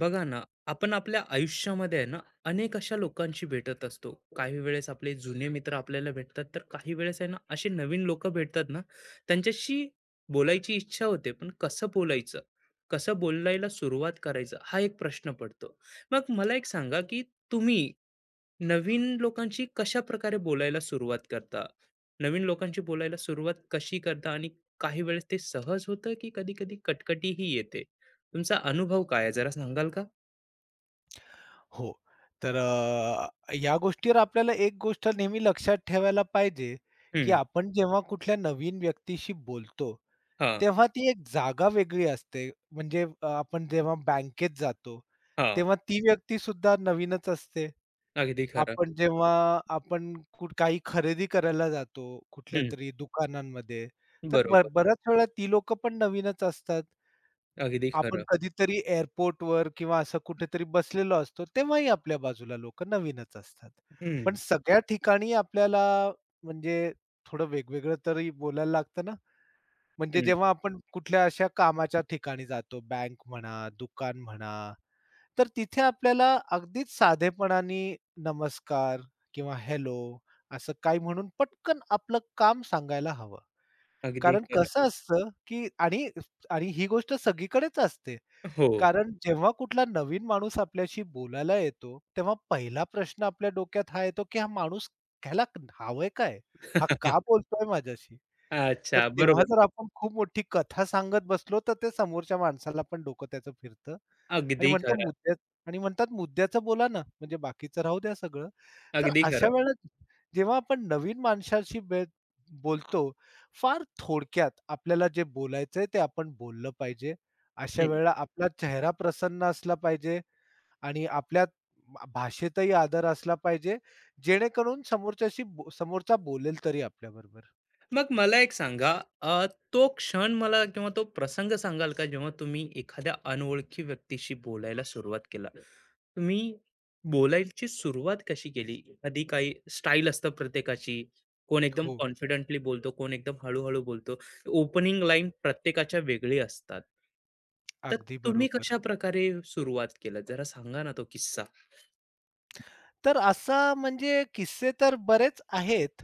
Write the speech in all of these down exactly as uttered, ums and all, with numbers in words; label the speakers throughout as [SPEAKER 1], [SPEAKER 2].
[SPEAKER 1] बघा ना. आपण आपल्या आयुष्यामध्ये आहे ना अनेक अशा लोकांशी भेटत असतो. काही वेळेस आपले जुने मित्र आपल्याला भेटतात, तर काही वेळेस आहे ना असे नवीन लोक भेटतात ना. त्यांच्याशी बोलायची इच्छा होते, पण कसं बोलायचं, कसं बोलायला सुरुवात करायचं हा एक प्रश्न पडतो. मग मला एक सांगा, की तुम्ही नवीन लोकांशी कशा प्रकारे बोलायला सुरुवात करता, नवीन लोकांशी बोलायला सुरुवात कशी करता, आणि काही वेळेस ते सहज होतं की कधी कधी कटकटीही येते? तुमचा अनुभव काय आहे? जरा सांगाल का?
[SPEAKER 2] हो. तर अ, या गोष्टीवर आपल्याला एक गोष्ट नेहमी लक्षात ठेवायला पाहिजे, की
[SPEAKER 1] हं.
[SPEAKER 2] आपण जेव्हा कुठल्या नवीन व्यक्तीशी बोलतो,
[SPEAKER 1] हां,
[SPEAKER 2] तेव्हा ती एक जागा वेगळी असते. म्हणजे अ, आपण जेव्हा बँकेत जातो,
[SPEAKER 1] हां.
[SPEAKER 2] तेव्हा ती व्यक्तीसुद्धा नवीनच असते.
[SPEAKER 1] अगदी खरं.
[SPEAKER 2] आपण जेव्हा आपण कुठ काही खरेदी करायला जातो
[SPEAKER 1] हं.
[SPEAKER 2] कुठल्यातरी दुकानांमध्ये, तर ब
[SPEAKER 1] बरोबर.
[SPEAKER 2] बऱ्याच वेळा ती लोकं पण नवीनच असतात.
[SPEAKER 1] अगदी
[SPEAKER 2] आपण
[SPEAKER 1] खरं.
[SPEAKER 2] कधीतरी एअरपोर्टवर किंवा असं कुठेतरी बसलेलो असतो, तेव्हाही आपल्या बाजूला लोकं नवीनच असतात. पण
[SPEAKER 1] हं,
[SPEAKER 2] सगळ्या ठिकाणी आपल्याला म्हणजे थोडं वेगवेगळं तरी बोलायला लागतं ना. म्हणजे
[SPEAKER 1] हं.
[SPEAKER 2] जेव्हा आपण कुठल्या अशा कामाच्या ठिकाणी जातो, बँक म्हणा, दुकान म्हणा, तर तिथे आपल्याला अगदीच साधेपणाने नमस्कार किंवा हेल्लो असं काही म्हणून पटकन आपलं काम सांगायला हवं.
[SPEAKER 1] अगदी
[SPEAKER 2] कारण
[SPEAKER 1] खरं.
[SPEAKER 2] कसं असतं, की आणि आणि ही गोष्ट सगळीकडेच असते.
[SPEAKER 1] हो.
[SPEAKER 2] कारण जेव्हा कुठला नवीन माणूस आपल्याशी बोलायला येतो, तेव्हा पहिला प्रश्न आपल्या डोक्यात हा येतो, की हा माणूस ह्याला हवंय काय? हा का बोलतोय माझ्याशी? तर
[SPEAKER 1] अच्छा.
[SPEAKER 2] तेव्हा
[SPEAKER 1] बरोबर.
[SPEAKER 2] जर आपण खूप मोठी कथा सांगत बसलो, तर ते समोरच्या माणसाला पण डोकं त्याचं फिरतं आणि
[SPEAKER 1] अगदी
[SPEAKER 2] म्हणतात
[SPEAKER 1] खरं.
[SPEAKER 2] मुद्द्या आणि म्हणतात मुद्द्याचं बोला ना, म्हणजे बाकीचं राहू द्या सगळं. तर
[SPEAKER 1] अगदी
[SPEAKER 2] अशा
[SPEAKER 1] खरं.
[SPEAKER 2] वेळेला जेव्हा आपण नवीन माणसाशी बे बोलतो, फार थोडक्यात आपल्याला जे बोलायचंय ते आपण बोललं पाहिजे. अशा वेळेला आपला चेहरा प्रसन्न असला पाहिजे आणि आपल्या भा- भाषेतही आदर असला पाहिजे, जेणेकरून समोरच्याशी बो- समोरचा बोलेल तरी आपल्याबरोबर.
[SPEAKER 1] मग मला एक सांगा, अ, तो क्षण मला किंवा तो प्रसंग सांगाल का, जेव्हा तुम्ही एखाद्या अनोळखी व्यक्तीशी बोलायला सुरुवात केला? तुम्ही बोलायची सुरुवात कशी केली? एखादी काही स्टाईल असतं प्रत्येकाची. कोण एकदम
[SPEAKER 2] हो,
[SPEAKER 1] कॉन्फिडेंटली बोलतो, कोण एकदम हळू-हळू बोलतो. ओपनिंग लाईन प्रत्येकाच्या वेगळी असतात. तर
[SPEAKER 2] अगदी
[SPEAKER 1] तुम्ही
[SPEAKER 2] बरोबर.
[SPEAKER 1] कशाप्रकारे सुरुवात केलं? जरा सांगा ना तो किस्सा.
[SPEAKER 2] तर असा म्हणजे किस्से तर बरेच आहेत.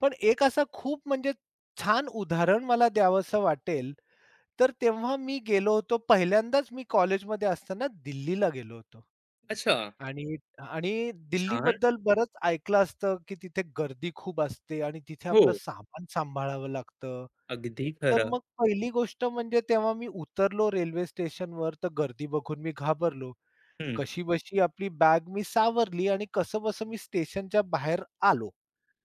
[SPEAKER 2] पण एक असा खूप म्हणजे छान उदाहरण मला द्यावंसं वाटेल, तर तेव्हा मी गेलो होतो पहिल्यांदाच मी कॉलेजमध्ये असताना दिल्लीला गेलो होतो.
[SPEAKER 1] अच्छा,
[SPEAKER 2] आणि आणि
[SPEAKER 1] छान.
[SPEAKER 2] दिल्लीबद्दल बरंच ऐकलं असतं, की तिथे गर्दी खूप असते आणि तिथे
[SPEAKER 1] हो,
[SPEAKER 2] आपलं सामान सांभाळावं लागतं.
[SPEAKER 1] अगदी
[SPEAKER 2] तर
[SPEAKER 1] खरं.
[SPEAKER 2] मग पहिली गोष्ट म्हणजे तेव्हा मी उतरलो रेल्वे स्टेशनवर, तर गर्दी बघून मी घाबरलो.
[SPEAKER 1] हं,
[SPEAKER 2] कशी बशी आपली बॅग मी सावरली आणि कसंबसं मी स्टेशनच्या बाहेर आलो.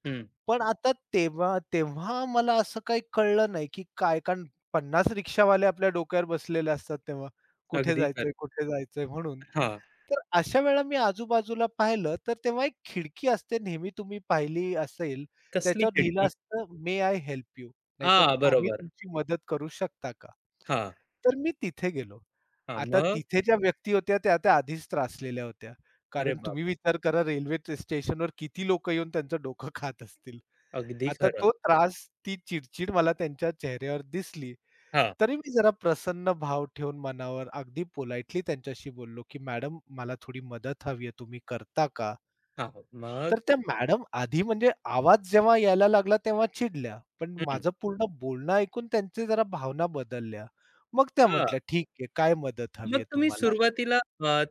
[SPEAKER 1] हं.
[SPEAKER 2] पण आता तेव्हा तेव्हा मला असं काही कळलं नाही, की काय कारण पन्नास रिक्षावाले आपल्या डोक्यावर बसलेले असतात तेव्हा. कुठे
[SPEAKER 1] अगदी खरं.
[SPEAKER 2] जायचंय, कुठे जायचंय म्हणून.
[SPEAKER 1] हां.
[SPEAKER 2] तर अशा वेळेला मी आजूबाजूला पाहिलं, तर तेव्हा एक खिडकी असते नेहमी तुम्ही पाहिली असेल,
[SPEAKER 1] कसली
[SPEAKER 2] त्याच्यावर लिहिलं
[SPEAKER 1] खिडकी?
[SPEAKER 2] असतं, "मे आय हेल्प यू?" नाहीतर
[SPEAKER 1] आ,
[SPEAKER 2] "आम्ही
[SPEAKER 1] बरोबर.
[SPEAKER 2] तुमची मदत करू शकता का?"
[SPEAKER 1] हां,
[SPEAKER 2] तर मी तिथे गेलो.
[SPEAKER 1] हां.
[SPEAKER 2] आता
[SPEAKER 1] मग?
[SPEAKER 2] तिथे ज्या व्यक्ती होत्या त्या आता आधीच त्रासलेल्या होत्या.
[SPEAKER 1] अरे
[SPEAKER 2] कारण
[SPEAKER 1] बाप!
[SPEAKER 2] तुम्ही विचार करा रेल्वे टे स्टेशनवर किती लोकं येऊन त्यांचं डोकं खात असतील.
[SPEAKER 1] अगदी
[SPEAKER 2] आता
[SPEAKER 1] खरं.
[SPEAKER 2] तो त्रास, ती चिड-चिड मला त्यांच्या चेहऱ्यावर दिसली.
[SPEAKER 1] हां,
[SPEAKER 2] तरी मी जरा प्रसन्न भाव ठेवून मनावर अगदी पोलाइटली त्यांच्याशी बोललो, की "मॅडम मला थोडी मदत हवी आहे, तुम्ही करता का?"
[SPEAKER 1] हां. मग?
[SPEAKER 2] तर त्या मॅडम आधी म्हणजे आवाज जेव्हा यायला लागला तेव्हा चिडल्या. पण
[SPEAKER 1] हं.
[SPEAKER 2] माझं पूर्ण बोलणं ऐकून त्यांच्या जरा भावना बदलल्या. मग त्या
[SPEAKER 1] हां.
[SPEAKER 2] म्हटल्या, "ठीक आहे, काय मदत हवी
[SPEAKER 1] मग
[SPEAKER 2] आहे
[SPEAKER 1] तुम्ही
[SPEAKER 2] तुम्हाला?"
[SPEAKER 1] सुरुवातीला अ,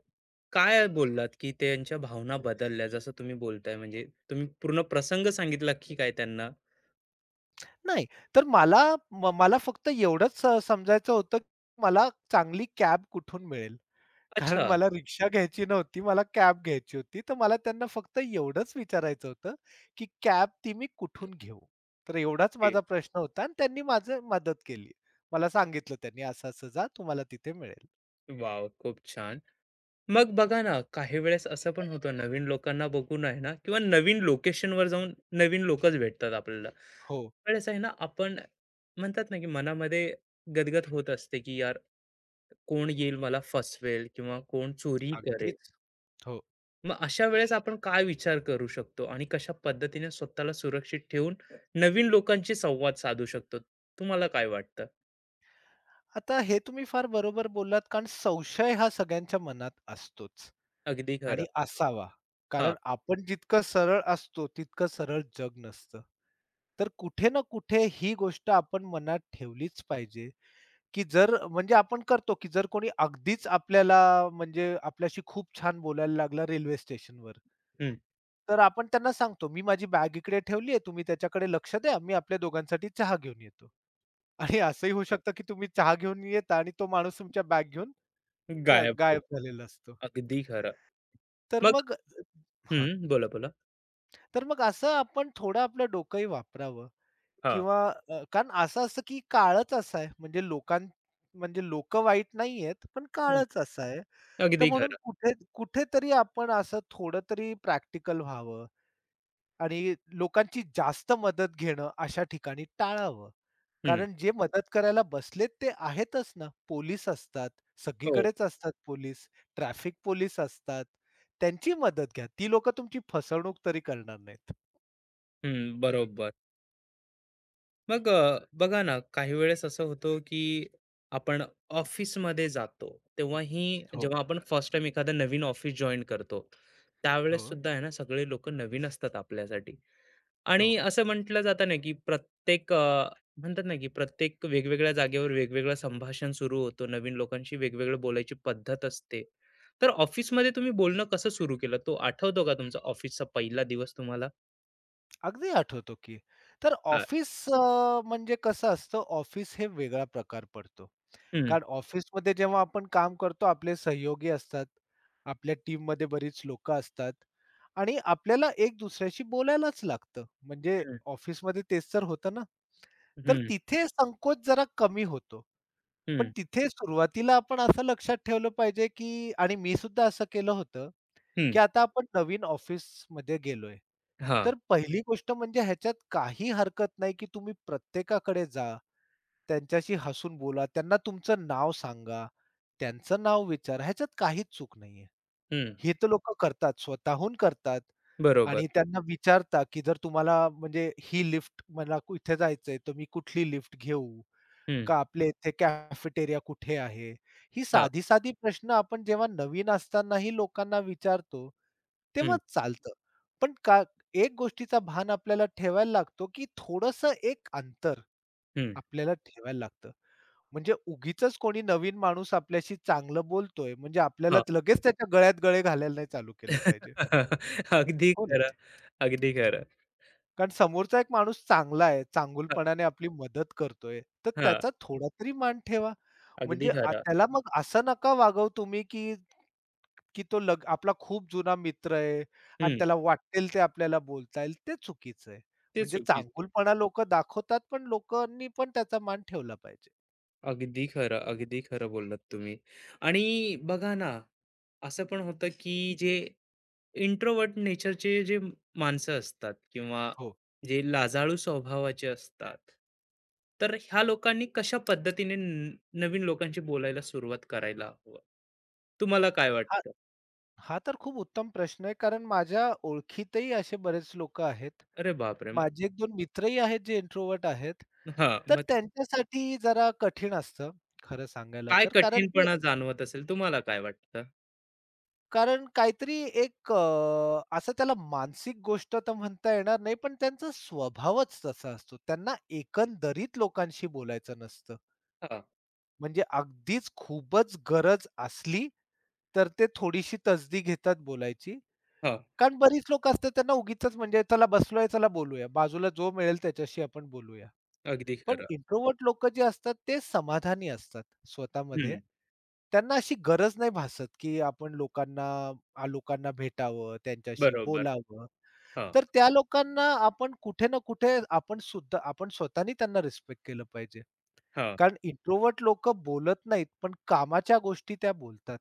[SPEAKER 1] काय बोललात, की त्यांच्या भावना बदलल्या जसं तुम्ही बोलताय, म्हणजे तुम्ही पूर्ण प्रसंग सांगितला की काय त्यांना?
[SPEAKER 2] नाही, तर मला म मला फक्त एवढंच अ, समजायचं होतं, की मला चांगली कॅब कुठून मिळेल. कारण
[SPEAKER 1] अच्छा.
[SPEAKER 2] मला रिक्षा घ्यायची नव्हती, मला कॅब घ्यायची होती. तर मला त्यांना फक्त एवढंच विचारायचं होतं, की कॅब ती मी कुठून घेऊ? तर एवढाच
[SPEAKER 1] ओके.
[SPEAKER 2] माझा प्रश्न होता आणि त्यांनी माझं मदत केली. मला सांगितलं त्यांनी, "असं-असं जा, तुम्हाला तिथे मिळेल."
[SPEAKER 1] वॉव! खूप छान. मग बघा ना, काही वेळेस असं पण होतं नवीन लोकांना बघून आहे ना, किंवा नवीन लोकेशनवर जाऊन नवीन लोकच भेटतात आपल्याला.
[SPEAKER 2] हो,
[SPEAKER 1] वेळेस आहे ना आपण, म्हणतात ना की मनामध्ये गदगद होत असते, की यार कोण येईल मला फसवेल किंवा कोण चोरी करेल.
[SPEAKER 2] अगदीच. हो.
[SPEAKER 1] मग अशा वेळेस आपण काय विचार करू शकतो आणि कशा पद्धतीने स्वतःला सुरक्षित ठेवून नवीन लोकांशी संवाद साधू शकतो? तुम्हाला काय वाटतं?
[SPEAKER 2] आता हे तुम्ही फार बरोबर बोललात कारण संशय हा सगळ्यांच्या मनात असतोच.
[SPEAKER 1] अगदी
[SPEAKER 2] आणि
[SPEAKER 1] खरं.
[SPEAKER 2] असावा.
[SPEAKER 1] हा.
[SPEAKER 2] कारण आपण जितकं सरळ असतो, तितकं सरळ जग नसतं. तर कुठे ना कुठे ही गोष्ट आपण मनात ठेवलीच पाहिजे, की जर म्हणजे आपण करतो, की जर कोणी अगदीच आपल्याला म्हणजे आपल्याशी खूप छान बोलायला लागला रेल्वे स्टेशनवर,
[SPEAKER 1] हम्म.
[SPEAKER 2] तर आपण त्यांना सांगतो, "मी माझी बॅग इकडे ठेवली आहे, तुम्ही त्याच्याकडे लक्ष द्या. मी आपल्या दोघांसाठी चहा घेऊन येतो." आणि असंही होऊ शकतं, की तुम्ही चहा घेऊन येता आणि तो माणूस तुमच्या बॅग घेऊन ग
[SPEAKER 1] गायब होत.
[SPEAKER 2] गायब झालेला असतो.
[SPEAKER 1] अगदी खरं.
[SPEAKER 2] तर
[SPEAKER 1] मग.
[SPEAKER 2] मग हां.
[SPEAKER 1] हम्म, बोला बोला.
[SPEAKER 2] तर मग असं आपण थोडं आपलं डोकंही वापरावं
[SPEAKER 1] हा.
[SPEAKER 2] किंवा अ, कारण असं असतं की काळच असा आहे म्हणजे लोकां म्हणजे लोक वाईट नाहीयेत पण
[SPEAKER 1] हम्म,
[SPEAKER 2] काळच असा आहे. तर
[SPEAKER 1] अगदी
[SPEAKER 2] म्हणून
[SPEAKER 1] खरं.
[SPEAKER 2] कुठे कुठेतरी आपण असं थोडं तरी प्रॅक्टिकल व्हावं आणि लोकांची जास्त मदत घेणं अशा ठिकाणी टाळावं.
[SPEAKER 1] हम्म.
[SPEAKER 2] कारण जे मदत करायला बसलेत ते आहेतच ना. पोलीस असतात,
[SPEAKER 1] हो.
[SPEAKER 2] सगळीकडेच असतात पोलीस, ट्रॅफिक पोलीस असतात. त्यांची मदत घ्या. ती लोकं तुमची फसवणूक तरी करणार नाहीत.
[SPEAKER 1] हम्म, बरोबर. मग अ, बघा ना, काही वेळेस असं होतं की आपण ऑफिसमध्ये जातो, तेव्हाही
[SPEAKER 2] हो,
[SPEAKER 1] जेव्हा आपण फर्स्ट टाइम एखादं नवीन ऑफिस जॉईन करतो, त्यावेळेस
[SPEAKER 2] हो.
[SPEAKER 1] सुद्धा आहे ना सगळे लोक नवीन असतात आपल्यासाठी.
[SPEAKER 2] हो.
[SPEAKER 1] आणि असं म्हटलं जातं ना की प्रत्येक अ, म्हणतात ना की प्रत्येक वेगवेगळ्या जागेवर वेगवेगळं संभाषण सुरू होतं, नवीन लोकांशी वेगवेगळं बोलायची पद्धत असते. तर ऑफिसमध्ये तुम्ही बोलणं कसं सुरू केलं? तो आठवतो का तुमचा ऑफिसचा पहिला दिवस तुम्हाला?
[SPEAKER 2] अगदी आठवतो की. तर
[SPEAKER 1] हा.
[SPEAKER 2] ऑफिस अ, म्हणजे कसं असतं, ऑफिस हे वेगळा प्रकार पडतो.
[SPEAKER 1] हम्म.
[SPEAKER 2] कारण ऑफिसमध्ये जेव्हा आपण काम करतो, आपले सहयोगी असतात, आपल्या टीममध्ये बरीच लोकं असतात आणि आपल्याला एक दुसऱ्याशी बोलायलाच लागतं. म्हणजे
[SPEAKER 1] हम्म.
[SPEAKER 2] ऑफिसमध्ये तेच तर होतं ना. तर
[SPEAKER 1] हम्म.
[SPEAKER 2] तिथे संकोच जरा कमी होतो. पण
[SPEAKER 1] हम्म.
[SPEAKER 2] तिथे सुरुवातीला आपण असं लक्षात ठेवलं पाहिजे, की आणि मी सुद्धा असं केलं होतं,
[SPEAKER 1] हम्म.
[SPEAKER 2] की आता आपण नवीन ऑफिसमध्ये गेलोय.
[SPEAKER 1] हा.
[SPEAKER 2] तर पहिली गोष्ट म्हणजे ह्याच्यात काही हरकत नाही, की तुम्ही प्रत्येकाकडे जा, त्यांच्याशी हसून बोला, त्यांना तुमचं नाव सांगा, त्यांचं नाव विचारा. ह्याच्यात काहीच चूक नाहीये.
[SPEAKER 1] हं,
[SPEAKER 2] हे तर लोकं करतात, स्वतःहून करतात
[SPEAKER 1] बरोबर.
[SPEAKER 2] आणि त्यांना विचारता, की जर तुम्हाला म्हणजे ही लिफ्ट मला कु- इथे जायचंय, तर मी कुठली लिफ्ट घेऊ?
[SPEAKER 1] हं,
[SPEAKER 2] का आपल्या इथे कॅफेटेरिया कुठे आहे? ही
[SPEAKER 1] हां,
[SPEAKER 2] साधी-साधी प्रश्न आपण जेव्हा नवीन असतानाही लोकांना विचारतो, तेव्हा
[SPEAKER 1] हं,
[SPEAKER 2] चालतं. पण का एक गोष्टीचा भान आपल्याला ठेवायला लागतो, की थोडंसं एक अंतर
[SPEAKER 1] हं,
[SPEAKER 2] आपल्याला ठेवायला लागतं. म्हणजे उगीचच कोणी नवीन माणूस आपल्याशी चांगलं बोलतोय, म्हणजे आपल्याला
[SPEAKER 1] हां.
[SPEAKER 2] लगेच त्याच्या गळ्यात गळे घालायला नाही चालू केलं पाहिजे.
[SPEAKER 1] अगदी
[SPEAKER 2] हो ना?
[SPEAKER 1] खरं, अगदी खरं.
[SPEAKER 2] कारण समोरचा एक माणूस चांगला आहे,
[SPEAKER 1] हां,
[SPEAKER 2] चांगुलपणाने आपली मदत करतोय, तर
[SPEAKER 1] हां,
[SPEAKER 2] त्याचा थोडा तरी मान ठेवा.
[SPEAKER 1] अगदी
[SPEAKER 2] म्हणजे आ
[SPEAKER 1] खरं.
[SPEAKER 2] त्याला मग असं नका वागवू तुम्ही, की की तो लग आपला खूप जुना मित्र आहे आणि
[SPEAKER 1] हं,
[SPEAKER 2] त्याला वाटेल ते आपल्याला बोलता येईल, ते चुकीचं आहे.
[SPEAKER 1] ते
[SPEAKER 2] म्हणजे
[SPEAKER 1] चुकीचं.
[SPEAKER 2] चांगुलपणा लोकं दाखवतात, पण लोकांनी पण त्याचा मान ठेवला पाहिजे.
[SPEAKER 1] अगदी खरं, अगदी खरं बोललात तुम्ही. आणि बघा ना, असं पण होतं की जे इंट्रोव्हर्ट नेचरचे जे म- माणसं असतात, किंवा
[SPEAKER 2] हो.
[SPEAKER 1] जे लाजाळू स्वभावाचे असतात, तर ह्या लोकांनी कशा पद्धतीने न नवीन लोकांशी बोलायला सुरुवात करायला हवं? तुम्हाला काय
[SPEAKER 2] हा
[SPEAKER 1] वाटतं?
[SPEAKER 2] हा तर खूप उत्तम प्रश्न आहे, कारण माझ्या ओळखीतही असे बरेच लोकं आहेत.
[SPEAKER 1] अरे बापरे! मग.
[SPEAKER 2] माझे एक दोन मित्रही आहेत जे इंट्रोव्हर्ट आहेत.
[SPEAKER 1] हां,
[SPEAKER 2] तर
[SPEAKER 1] मग
[SPEAKER 2] त्यांच्यासाठी जरा कठीण असतं, खरं सांगायला
[SPEAKER 1] काय
[SPEAKER 2] तर. कारण ते
[SPEAKER 1] कठीणपणा जाणवत असेल, तुम्हाला काय वाटतं?
[SPEAKER 2] कारण काहीतरी एक अ, असं त्याला मानसिक गोष्ट तर म्हणता येणार नाही, पण त्यांचा स्वभावच तसा असतो. त्यांना एकंदरीत लोकांशी बोलायचं नसतं.
[SPEAKER 1] हां,
[SPEAKER 2] म्हणजे अगदीच खूपच गरज असली, तर ते थोडीशी तसदी घेतात बोलायची.
[SPEAKER 1] हां,
[SPEAKER 2] कारण बरीच लोकं असतात त्यांना उगीचच म्हणजे चला बसलोय, चला बोलूया. बाजूला जो मिळेल त्याच्याशी आपण बोलूया.
[SPEAKER 1] अगदी
[SPEAKER 2] पण
[SPEAKER 1] खरं.
[SPEAKER 2] इंट्रोव्हर्ट लोक जे असतात ते समाधानी असतात स्वतःमध्ये.
[SPEAKER 1] हं,
[SPEAKER 2] त्यांना अशी गरज नाही भासत, की आपण लोकांना आ, लोकांना भेटावं, त्यांच्याशी
[SPEAKER 1] बरोबर.
[SPEAKER 2] बोलावं.
[SPEAKER 1] हां,
[SPEAKER 2] तर त्या लोकांना आपण कुठे ना कुठे आपण सुद्धा आपण स्वतःनी त्यांना रिस्पेक्ट केलं पाहिजे.
[SPEAKER 1] हां,
[SPEAKER 2] कारण इंट्रोवर्ट लोक बोलत नाहीत, पण कामाच्या गोष्टी त्या बोलतात.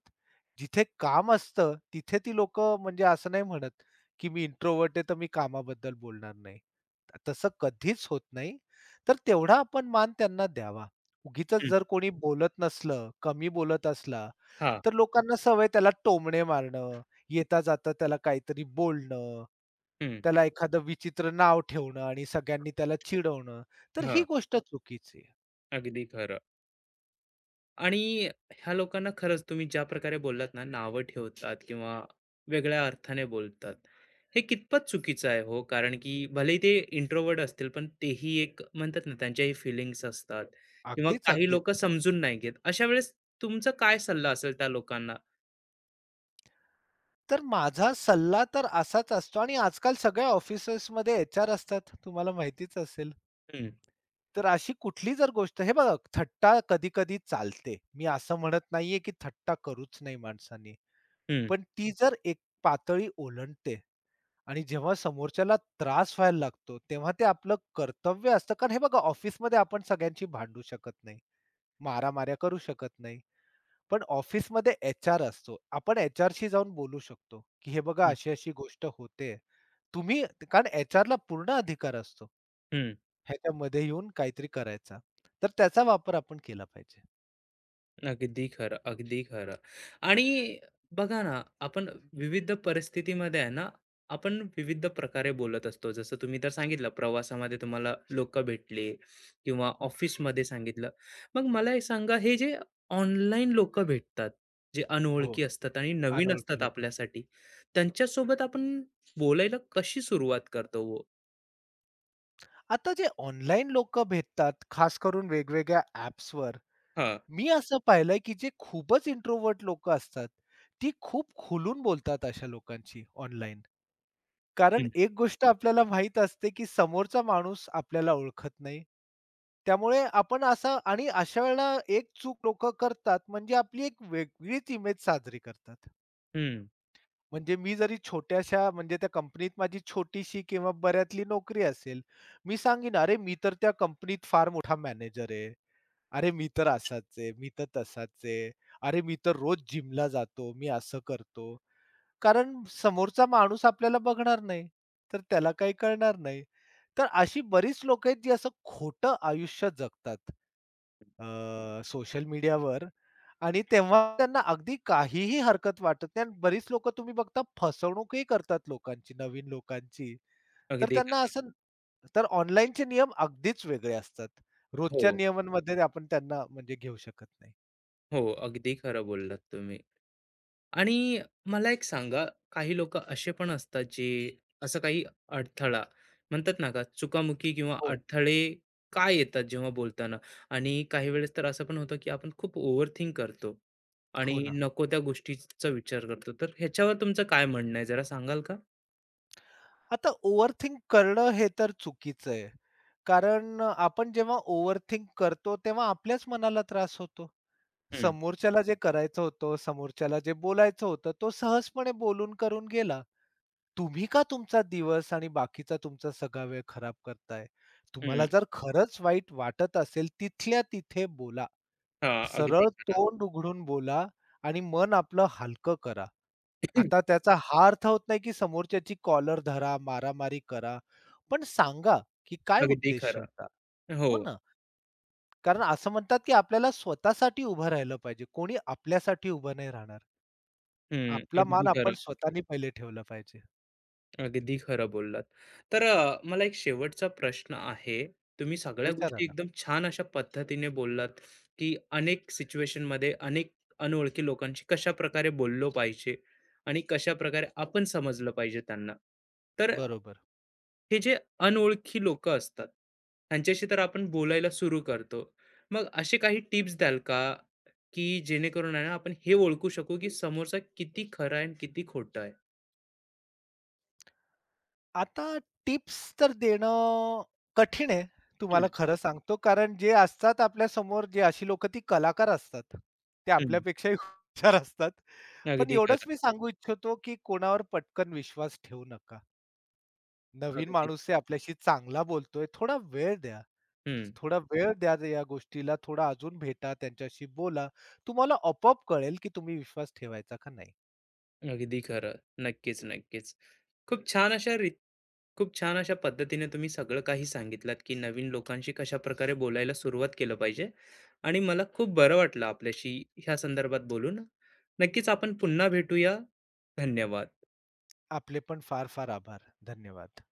[SPEAKER 2] जिथे काम असतं, तिथे ती लोक म्हणजे असं नाही म्हणत, की मी इंट्रोव्हर्ट आहे, तर मी कामाबद्दल बोलणार नाही. तसं कधीच होत नाही. तर तेवढा आपण मान त्यांना द्यावा. उगीचच
[SPEAKER 1] हं,
[SPEAKER 2] जर कोणी बोलत नसलं, कमी बोलत असला,
[SPEAKER 1] हां,
[SPEAKER 2] तर लोकांना सवय त्याला टोमणे मारणं, येता-जाता त्याला काहीतरी बोलणं,
[SPEAKER 1] हं,
[SPEAKER 2] त्याला एखादं विचित्र नाव ठेवणं आणि सगळ्यांनी त्याला चिडवणं. तर ही
[SPEAKER 1] हां,
[SPEAKER 2] गोष्ट चुकीची आहे.
[SPEAKER 1] अगदी खरं. आणि ह्या लोकांना खरंच तुम्ही ज्या प्रकारे बोललात ना, नावं ठेवतात किंवा वेगळ्या अर्थाने बोलतात. हे कितपत चुकीचं आहे हो? कारण की भलेही ते इंट्रोव्हर्ट असतील, पण तेही एक म्हणतात ना, त्यांच्याही फीलिंग्स असतात, किंवा
[SPEAKER 2] अगदीच,
[SPEAKER 1] काही लोकं
[SPEAKER 2] अगदीच.
[SPEAKER 1] समजून नाही घेत. अशा वेळेस तुमचा काय सल्ला असेल त्या लोकांना?
[SPEAKER 2] तर माझा सल्ला तर असाच असतो आणि आजकाल सगळ्या ऑफिसेसमध्ये एच-आर असतात, तुम्हाला माहितीच असेल.
[SPEAKER 1] हं,
[SPEAKER 2] तर अशी कुठली जर गोष्ट हे बघा थट्टा कधी-कधी चालते. मी असं म्हणत नाहीये, की थट्टा करूच नाही माणसाने.
[SPEAKER 1] हं.
[SPEAKER 2] पण ती जर एक पातळी ओलांडते आणि जेव्हा समोरच्याला त्रास व्हायला लागतो, तेव्हा ते आपलं कर्तव्य असतं. कारण हे बघा ऑफिसमध्ये आपण सगळ्यांशी भांडू शकत नाही, मारामाऱ्या करू शकत नाही. पण ऑफिसमध्ये एचआर असतो. आपण एच शी जाऊन बोलू शकतो, की हे बघा
[SPEAKER 1] हं,
[SPEAKER 2] अशी-अशी गोष्ट होते. तुम्ही कारण एच ला पूर्ण अधिकार असतो.
[SPEAKER 1] हं.
[SPEAKER 2] ह्याच्यामध्ये येऊन काहीतरी करायचा. तर त्याचा वापर आपण केला पाहिजे.
[SPEAKER 1] अगदी खरं, अगदी खरं. आणि बघा ना, आपण विविध परिस्थितीमध्ये आहे ना, आपण विविध प्रकारे बोलत असतो. जसं तुम्ही तर सांगितलं, प्रवासामध्ये तुम्हाला लोकं भेटले, किंवा ऑफिसमध्ये सांगितलं. मग मला एक सांगा, हे जे ऑनलाईन लोकं भेटतात, जे
[SPEAKER 2] हो,
[SPEAKER 1] अनोळखी असतात आणि नवीन
[SPEAKER 2] अनोळखी
[SPEAKER 1] असतात
[SPEAKER 2] लोकं.
[SPEAKER 1] आपल्यासाठी, त्यांच्यासोबत आपण बोलायला कशी सुरुवात करतो हो?
[SPEAKER 2] आता जे ऑनलाईन लोकं भेटतात, खास करून वेगवेगळ्या ॲप्सवर,
[SPEAKER 1] हां.
[SPEAKER 2] मी असं पाहिलंय, की जे खूपच इंट्रोव्हर्ट लोकं असतात, ती खूप खुलून बोलतात अशा लोकांशी ऑनलाईन. कारण
[SPEAKER 1] हं.
[SPEAKER 2] एक गोष्ट आपल्याला माहीत असते, की समोरचा माणूस आपल्याला ओळखत नाही. त्यामुळे आपण असा आणि अशा वेळेला एक चूक लोकं करतात, म्हणजे आपली एक वेगळीच इमेज साजरी करतात.
[SPEAKER 1] हं.
[SPEAKER 2] म्हणजे मी जरी छोट्याशा म्हणजे त्या कंपनीत माझी छोटीशी किंवा बऱ्यातली नोकरी असेल, मी सांगीन, "अरे, मी तर त्या कंपनीत फार मोठा मॅनेजर आहे. अरे, मी तर असाच आहे, मी तर तसाच आहे. अरे, मी तर रोज जिमला जातो, मी असं करतो." कारण समोरचा माणूस आपल्याला बघणार नाही, तर त्याला काही कळणार नाही. तर अशी बरीच लोकं आहेत, जी असं खोटं आयुष्य जगतात अ, सोशल मीडियावर आणि तेव्हा त्यांना अगदी काहीही हरकत वाटत नाही आणि बरीच लोकं तुम्ही बघता फसवणूकही करतात लोकांची, नवीन लोकांची. तर
[SPEAKER 1] अगदी
[SPEAKER 2] त्यांना
[SPEAKER 1] खरं.
[SPEAKER 2] असं तर ऑनलाईनचे नियम अगदीच वेगळे असतात. रोजच्या
[SPEAKER 1] हो,
[SPEAKER 2] नियमांमध्ये आपण त्यांना म्हणजे घेऊ शकत नाही.
[SPEAKER 1] हो. अगदी खरं बोललात तुम्ही. आणि मला एक सांगा, काही लोकं असे पण असतात जे असं काही अडथळा, म्हणतात ना का चुकामुकी किंवा
[SPEAKER 2] हो,
[SPEAKER 1] अडथळे का येतात जेव्हा बोलताना? आणि काही वेळेस तर असं पण होतं, की आपण खूप ओव्हरथिंक करतो
[SPEAKER 2] हो
[SPEAKER 1] आणि
[SPEAKER 2] ना.
[SPEAKER 1] नको त्या गोष्टीचा विचार करतो. तर ह्याच्यावर तुमचं काय म्हणणं आहे, जरा सांगाल का?
[SPEAKER 2] आता ओव्हरथिंक करणं हे तर चुकीचं आहे. कारण आपण जेव्हा ओव्हरथिंक करतो, तेव्हा आपल्याच मनाला त्रास होतो.
[SPEAKER 1] हं,
[SPEAKER 2] समोरच्याला जे करायचं होतं, समोरच्याला जे बोलायचं होतं, तो सहजपणे बोलून करून गेला. तुम्ही का तुमचा दिवस आणि बाकीचा तुमचा सगळा वेळ खराब करताय? तुम्हाला
[SPEAKER 1] हं.
[SPEAKER 2] जर खरंच वाईट वाटत असेल, तिथल्या तिथे बोला.
[SPEAKER 1] हां, अगदी
[SPEAKER 2] सरळ
[SPEAKER 1] खरं.
[SPEAKER 2] तोंड उघडून बोला आणि मन आपलं हलकं करा. आता त्याचा हा अर्थ होत नाही, की समोरच्याची कॉलर धरा, मारामारी करा. पण सांगा, की काय
[SPEAKER 1] अगदी
[SPEAKER 2] उद्देश
[SPEAKER 1] खरं.
[SPEAKER 2] होता?
[SPEAKER 1] हो.
[SPEAKER 2] हो ना. कारण असं म्हणतात, की आपल्याला स्वतःसाठी उभं राहिलं पाहिजे. कोणी आपल्यासाठी उभं नाही राहणार.
[SPEAKER 1] हं,
[SPEAKER 2] आपला
[SPEAKER 1] अगदी
[SPEAKER 2] मान आपण
[SPEAKER 1] खरं.
[SPEAKER 2] स्वतःनी पहिले ठेवला पाहिजे.
[SPEAKER 1] अगदी खरं बोललात. तर अ, मला एक शेवटचा प्रश्न आहे. तुम्ही सगळ्या
[SPEAKER 2] विचारा
[SPEAKER 1] गोष्टी
[SPEAKER 2] ना.
[SPEAKER 1] एकदम छान अशा पद्धतीने बोललात, की अनेक सिच्युएशनमध्ये अनेक अनोळखी लोकांशी कशा प्रकारे बोललो पाहिजे, आणि कशाप्रकारे आपण समजलं पाहिजे त्यांना. तर
[SPEAKER 2] बरोबर.
[SPEAKER 1] हे जे अनोळखी लोकं असतात, त्यांच्याशी तर आपण बोलायला सुरू करतो. मग असे काही टिप्स द्याल का, की जेणेकरून आहे ना आपण हे ओळखू शकू, की समोरचा किती खरा आहे आणि किती खोटा आहे?
[SPEAKER 2] आता टिप्स तर देणं कठीण आहे,
[SPEAKER 1] हं,
[SPEAKER 2] तुम्हाला खरं सांगतो. कारण जे असतात आपल्या समोर जे अशी लोकं ती कलाकार असतात. ते
[SPEAKER 1] हं.
[SPEAKER 2] आपल्यापेक्षाही खूप हुशार असतात. पण
[SPEAKER 1] अगदी
[SPEAKER 2] एवढंच
[SPEAKER 1] खरं.
[SPEAKER 2] मी सांगू इच्छितो, की कोणावर पटकन विश्वास ठेवू नका. नवीन
[SPEAKER 1] अगदी.
[SPEAKER 2] माणूस आहे, आपल्याशी चांगला बोलतोय, थोडा वेळ द्या.
[SPEAKER 1] हं.
[SPEAKER 2] थोडा वेळ द्या या गोष्टीला, थोडा अजून भेटा, त्यांच्याशी बोला. तुम्हाला आपोआप कळेल, की तुम्ही विश्वास ठेवायचा का नाही.
[SPEAKER 1] अगदी खरं. नक्कीच, नक्कीच. खूप छान अशा रीत खूप छान अशा पद्धतीने तुम्ही सगळं काही सांगितलात, की नवीन लोकांशी कशा कशाप्रकारे बोलायला सुरुवात केलं पाहिजे, आणि मला खूप बरं वाटलं आपल्याशी ह्या संदर्भात बोलून. नक्कीच आपण पुन्हा भेटूया. धन्यवाद.
[SPEAKER 2] आपले पण फार-फार आभार. धन्यवाद.